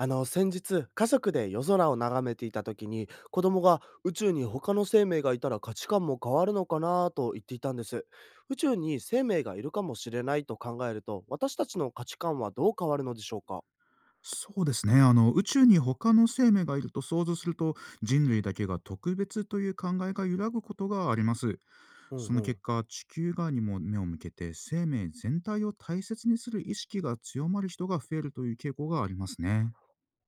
あの先日家族で夜空を眺めていた時に、子供が、宇宙に他の生命がいたら価値観も変わるのかな、と言っていたんです。宇宙に生命がいるかもしれないと考えると、私たちの価値観はどう変わるのでしょうか？そうですね。宇宙に他の生命がいると想像すると、人類だけが特別という考えが揺らぐことがあります。うんそうの結ん。果、地球側にも目を向けて生命全体を大切にする意識が強まる人が増えるという傾向がありますね。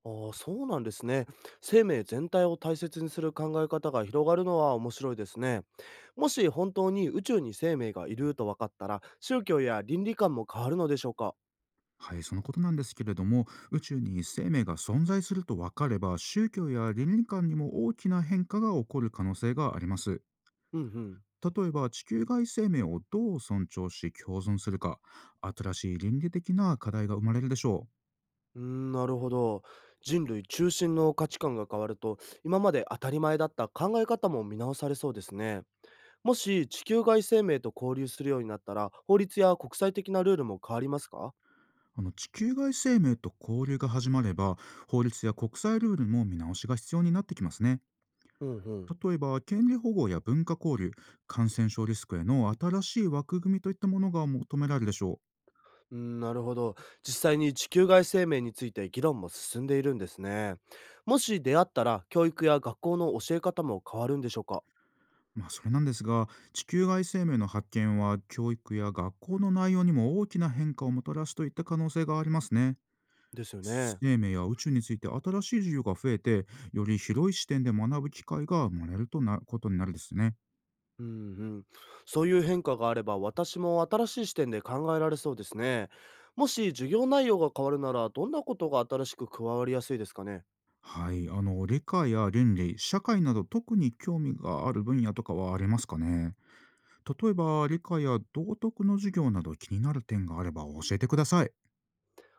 あーそうなんですね。生命全体を大切にする考え方が広がるのは面白いですね。もし本当に宇宙に生命がいると分かったら、宗教や倫理観も変わるのでしょうか？はい、そのことなんですけれども、宇宙に生命が存在すると分かれば宗教や倫理観にも大きな変化が起こる可能性があります。うんうん。例えば、地球外生命をどう尊重し共存するか、新しい倫理的な課題が生まれるでしょう。うーん、なるほど。人類中心の価値観が変わると、今まで当たり前だった考え方も見直されそうですね。もし地球外生命と交流するようになったら、法律や国際的なルールも変わりますか？地球外生命と交流が始まれば、法律や国際ルールも見直しが必要になってきますね。うんうん。例えば、権利保護や文化交流、感染症リスクへの新しい枠組みといったものが求められるでしょうん、なるほど。実際に地球外生命について議論も進んでいるんですね。もし出会ったら、教育や学校の教え方も変わるんでしょうか？う。まあ、それなんですが、地球外生命の発見は教育や学校の内容にも大きな変化をもたらすといった可能性がありますね。ですよね。生命や宇宙について新しい授業が増えて、より広い視点で学ぶ機会が生まれるとなことになるですね。うんうん。そういう変化があれば、私も新しい視点で考えられそうですね。もし授業内容が変わるなら、どんなことが新しく加わりやすいですかね？はい、理科や倫理社会など特に興味がある分野とかはありますかね。例えば理科や道徳の授業など気になる点があれば教えてください。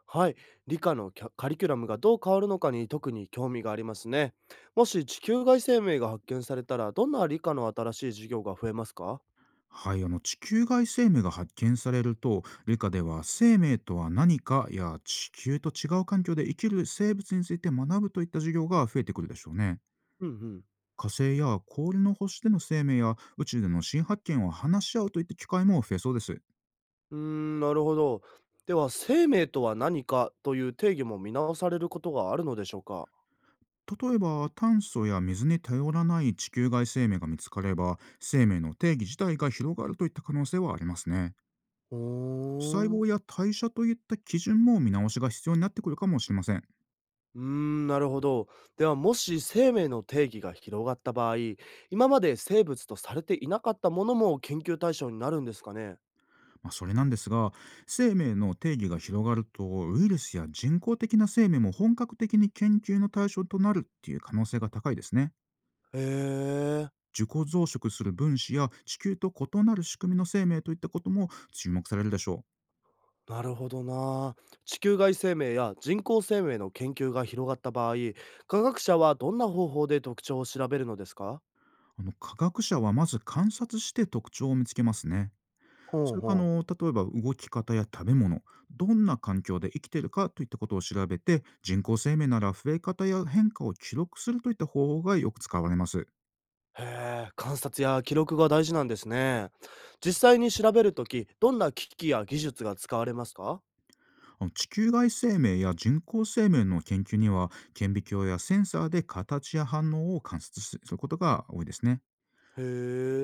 はい。理科のキャカリキュラムがどう変わるのかに特に興味がありますね。もし地球外生命が発見されたら、どんな理科の新しい授業が増えますか？はい、地球外生命が発見されると、理科では生命とは何かや地球と違う環境で生きる生物について学ぶといった授業が増えてくるでしょうね。うんうん。火星や氷の星での生命や宇宙での新発見を話し合うといった機会も増えそうです。うーんなるほど。では、生命とは何かという定義も見直されることがあるのでしょうか？例えば、炭素や水に頼らない地球外生命が見つかれば、生命の定義自体が広がるといった可能性はありますね。ほ細ーん。胞や代謝といった基準も見直しが必要になってくるかもしれません。うーん、なるほど。では、もし生命の定義が広がった場合、今まで生物とされていなかったものも研究対象になるんですかね？まあ、それなんですが、生命の定義が広がるとウイルスや人工的な生命も本格的に研究の対象となるっていう可能性が高いですね。へえ。自己増殖する分子や地球と異なる仕組みの生命といったことも注目されるでしょなるほどな。地球外生命や人工生命の研究が広がった場合、科学者はどんな方法で特徴を調べるのですか？う。科学者はまず観察して特徴を見つけますね。ほうそれから、ほう。例えば動き方や食べ物、どんな環境で生きているかといったことを調べて、人工生命なら増え方や変化を記録するといった方法がよく使われます。へえ、観察や記録が大事なんですね。実際に調べるとき、どんな機器や技術が使われますか？地球外生命や人工生命の研究には、顕微鏡やセンサーで形や反応を観察することが多いですね。へ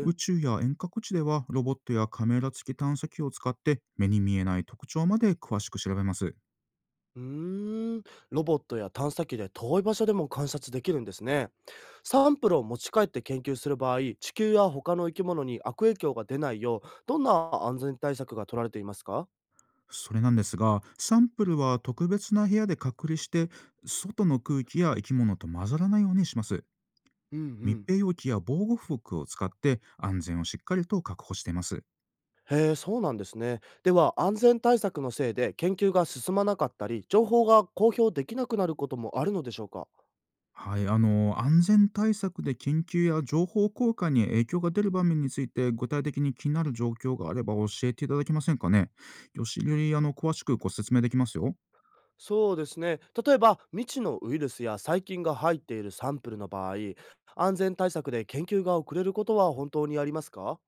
宇え。宙や遠隔地ではロボットやカメラ付き探査機を使って、目に見えない特徴まで詳しく調べます。うーん、ロボットや探査機で遠い場所でも観察できるんですね。サンプルを持ち帰って研究する場合、地球や他の生き物に悪影響が出ないよう、どんな安全対策が取られていますか？それなんですが、サンプルは特別な部屋で隔離して、外の空気や生き物と混ざらないようにします。うんう密ん。閉容器や防護服を使って安全をしっかりと確保しています。へえ、そうなんですね。では、安全対策のせいで研究が進まなかったり、情報が公表できなくなることもあるのでしょうか？はい、安全対策で緊急や情報交換に影響が出る場面について、具体的に気になる状況があれば教えていただけませんかね。よしより詳しくご説明できますよ。そうですね。例えば、未知のウイルスや細菌が入っているサンプルの場合、安全対策で研究が遅れることは本当にありますか？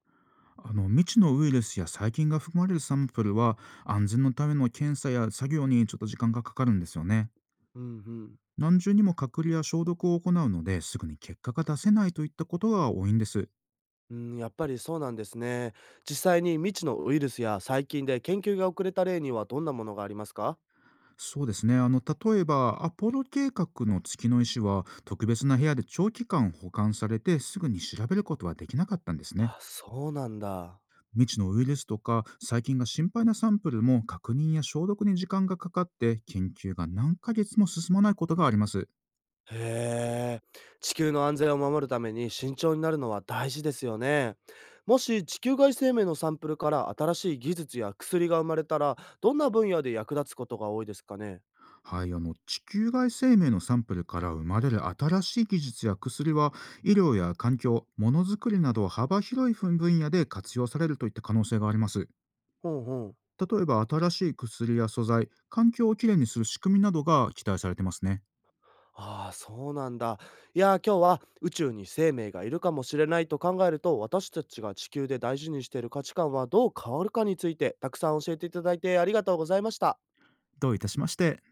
未知のウイルスや細菌が含まれるサンプルは、安全のための検査や作業にちょっと時間がかかるんですよね。うんうん。何重にも隔離や消毒を行うので、すぐに結果が出せないといったことが多いんです。うん、やっぱりそうなんですね。実際に未知のウイルスや細菌で研究が遅れた例にはどんなものがありますか？そうですね、例えばアポロ計画の月の石は、特別な部屋で長期間保管されて、すぐに調べることはできなかったんですね。あ、そうなんだ。未知のウイルスとか細菌が心配なサンプルも、確認や消毒に時間がかかって研究が何ヶ月も進まないことがあります。へえ。地球の安全を守るために慎重になるのは大事ですよね。もし地球外生命のサンプルから新しい技術や薬が生まれたら、どんな分野で役立つことが多いですかね？はい、地球外生命のサンプルから生まれる新しい技術や薬は、医療や環境、ものづくりなど幅広い分野で活用されるといった可能性があります。ほうほう。例えば新しい薬や素材、環境をきれいにする仕組みなどが期待されてますね。ああ、そうなんだ。いやー、今日は、宇宙に生命がいるかもしれないと考えると、私たちが地球で大事にしている価値観はどう変わるかについて、たくさん教えていただいてありがとうございました。どういたしまして。